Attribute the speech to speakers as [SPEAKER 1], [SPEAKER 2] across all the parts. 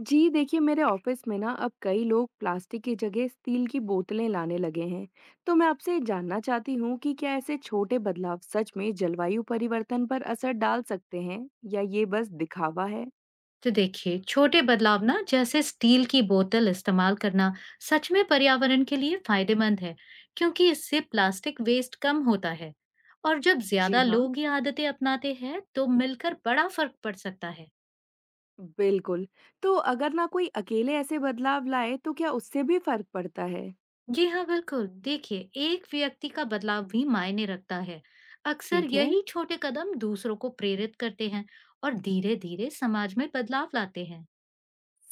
[SPEAKER 1] जी देखिए, मेरे ऑफिस में ना अब कई लोग प्लास्टिक की जगह स्टील की बोतलें लाने लगे हैं। तो मैं आपसे जानना चाहती हूँ कि क्या ऐसे छोटे बदलाव सच में जलवायु परिवर्तन पर असर डाल सकते हैं, या ये बस दिखावा है।
[SPEAKER 2] तो देखिए छोटे बदलाव ना जैसे स्टील की बोतल इस्तेमाल करना सच में पर्यावरण के लिए फायदेमंद है। क्योंकि इससे प्लास्टिक वेस्ट कम होता है। और जब
[SPEAKER 1] जी
[SPEAKER 2] ज्यादा
[SPEAKER 1] हाँ,
[SPEAKER 2] लोग ये आदतें अपनाते हैं तो मिलकर बड़ा फर्क पड़ सकता है।
[SPEAKER 1] बिल्कुल। तो अगर ना कोई अकेले ऐसे बदलाव लाए तो क्या उससे भी फर्क पड़ता है?
[SPEAKER 2] जी हाँ, बिल्कुल। देखिए एक व्यक्ति का बदलाव भी मायने रखता है। अक्सर
[SPEAKER 1] ठीक है।
[SPEAKER 2] यही छोटे कदम दूसरों को प्रेरित करते हैं और धीरे धीरे समाज में बदलाव लाते हैं।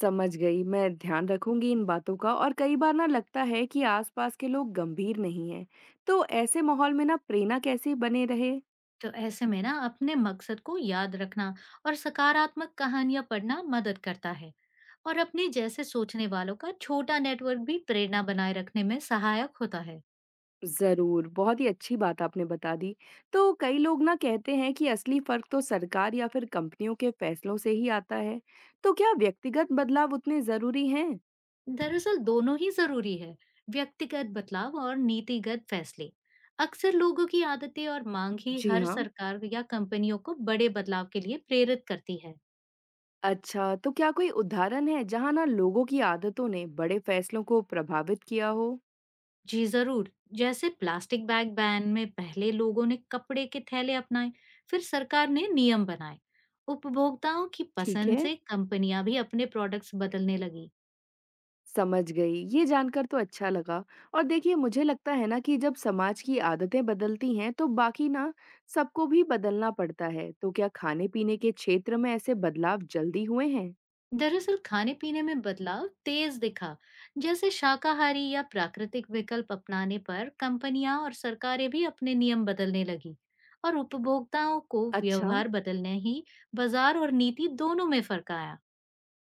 [SPEAKER 1] समझ गई। मैं ध्यान रखूंगी इन बातों का। और कई बार ना लगता है कि आसपास के लोग गंभीर नहीं हैं, तो ऐसे माहौल में ना प्रेरणा कैसे बने रहे?
[SPEAKER 2] तो ऐसे में ना अपने मकसद को याद रखना और सकारात्मक कहानियां पढ़ना मदद करता है। और अपने जैसे सोचने वालों का छोटा नेटवर्क भी प्रेरणा बनाए रखने में सहायक होता है।
[SPEAKER 1] ज़रूर, बहुत ही अच्छी बात आपने बता दी। तो कई लोग ना कहते हैं कि असली फ़र्क तो सरकार या फिर कंपनियों के फ़ैसलों से ही आता है। तो क्या व्यक्तिगत बदलाव उतने ज़रूरी हैं?
[SPEAKER 2] दरअसल दोनों ही जरूरी है। व्यक्तिगत बदलाव और नीतिगत फैसले। अक्सर लोगों की आदतें और मांग ही
[SPEAKER 1] जी
[SPEAKER 2] हर
[SPEAKER 1] हाँ।
[SPEAKER 2] सरकार या कंपनियों को बड़े बदलाव के लिए प्रेरित करती है।
[SPEAKER 1] अच्छा, तो क्या कोई उदाहरण है जहाँ ना लोगों की आदतों ने बड़े फ़ैसलों को प्रभावित किया हो?
[SPEAKER 2] जी जरूर। जैसे प्लास्टिक बैग बैन में पहले लोगों ने कपड़े के थैले अपनाए, फिर सरकार ने नियम बनाए। उपभोक्ताओं की
[SPEAKER 1] ठीक
[SPEAKER 2] पसंद
[SPEAKER 1] है।
[SPEAKER 2] से कंपनियां भी अपने प्रोडक्ट्स बदलने लगी।
[SPEAKER 1] समझ गई। ये जानकर तो अच्छा लगा। और देखिए, मुझे लगता है ना कि जब समाज की आदतें बदलती हैं तो बाकी ना सबको भी बदलना पड़ता है। तो क्या खाने-पीने के क्षेत्र में ऐसे बदलाव जल्दी हुए हैं?
[SPEAKER 2] दरअसल खाने पीने में बदलाव तेज दिखा। जैसे शाकाहारी या प्राकृतिक विकल्प अपनाने पर कंपनियां और सरकारें भी अपने नियम बदलने लगी और उपभोक्ताओं को
[SPEAKER 1] अच्छा।
[SPEAKER 2] व्यवहार बदलने ही बाजार और नीति दोनों में फर्क आया।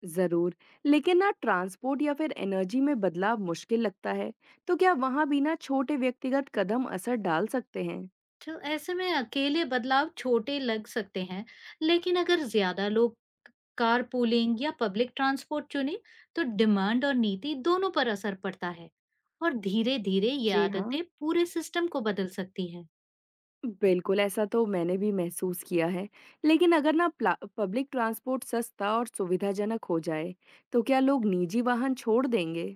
[SPEAKER 1] ज़रूर। लेकिन ना ट्रांसपोर्ट या फिर एनर्जी में बदलाव मुश्किल लगता है। तो क्या वहाँ भी ना छोटे व्यक्तिगत कदम असर डाल सकते हैं?
[SPEAKER 2] तो ऐसे में अकेले बदलाव छोटे लग सकते हैं, लेकिन अगर ज्यादा लोग कारपूलिंग या पब्लिक ट्रांसपोर्ट चुने, तो डिमांड और नीति दोनों पर असर पड़ता है और धीरे-धीरे ये
[SPEAKER 1] जी हाँ।
[SPEAKER 2] आदतें पूरे सिस्टम को बदल सकती हैं।
[SPEAKER 1] बिल्कुल, ऐसा तो मैंने भी महसूस किया है। लेकिन अगर ना प्ला पब्लिक ट्रांसपोर्ट सस्ता और सुविधाजनक हो जाए, तो क्या लोग निजी वाहन छोड़ देंगे?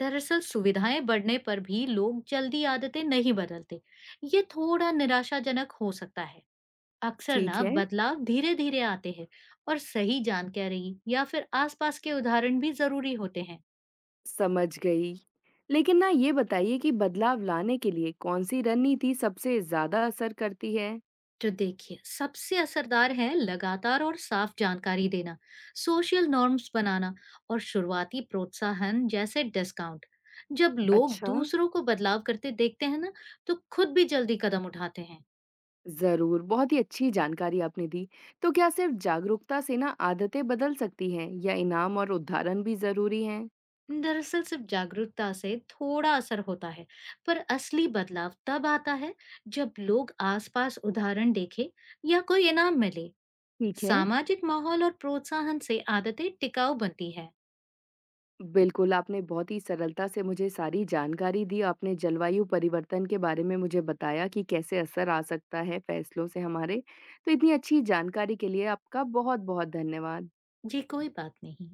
[SPEAKER 2] दरअसल सुविधाएं बढ़ने पर भी लोग जल्दी आदतें नहीं बदलते। ये थोड़ा निराशाजनक हो सकता है। अक्सर
[SPEAKER 1] ठीक
[SPEAKER 2] ना
[SPEAKER 1] है।
[SPEAKER 2] बदलाव धीरे-धीरे आते हैं और सही जानकारी या फिर आसपास के उदाहरण भी जरूरी होते हैं।
[SPEAKER 1] समझ गई। लेकिन ना ये बताइए कि बदलाव लाने के लिए कौन-सी रणनीति सबसे ज़्यादा असर करती है?
[SPEAKER 2] तो देखिए सबसे असरदार है लगातार और साफ जानकारी देना, सोशल नॉर्म्स बनाना और शुरुआती प्रोत्साहन जैसे डिस्काउंट। जब लोग
[SPEAKER 1] अच्छा।
[SPEAKER 2] दूसरों को बदलाव करते देखते हैं ना तो खुद भी जल्दी कदम उठाते हैं।
[SPEAKER 1] ज़रूर, बहुत ही अच्छी जानकारी आपने दी। तो क्या सिर्फ जागरूकता से ना आदतें बदल सकती हैं, या इनाम और उदाहरण भी ज़रूरी हैं?
[SPEAKER 2] दरअसल सिर्फ जागरूकता से थोड़ा असर होता है। पर असली बदलाव तब आता है जब लोग आसपास उदाहरण देखे या कोई इनाम मिले।
[SPEAKER 1] ठीक है।
[SPEAKER 2] सामाजिक माहौल और प्रोत्साहन से आदतें टिकाऊ बनती है।
[SPEAKER 1] बिल्कुल, आपने बहुत ही सरलता से मुझे सारी जानकारी दी। आपने जलवायु परिवर्तन के बारे में मुझे बताया कि कैसे असर आ सकता है फैसलों से हमारे। तो इतनी अच्छी जानकारी के लिए आपका बहुत-बहुत धन्यवाद।
[SPEAKER 2] जी कोई बात नहीं।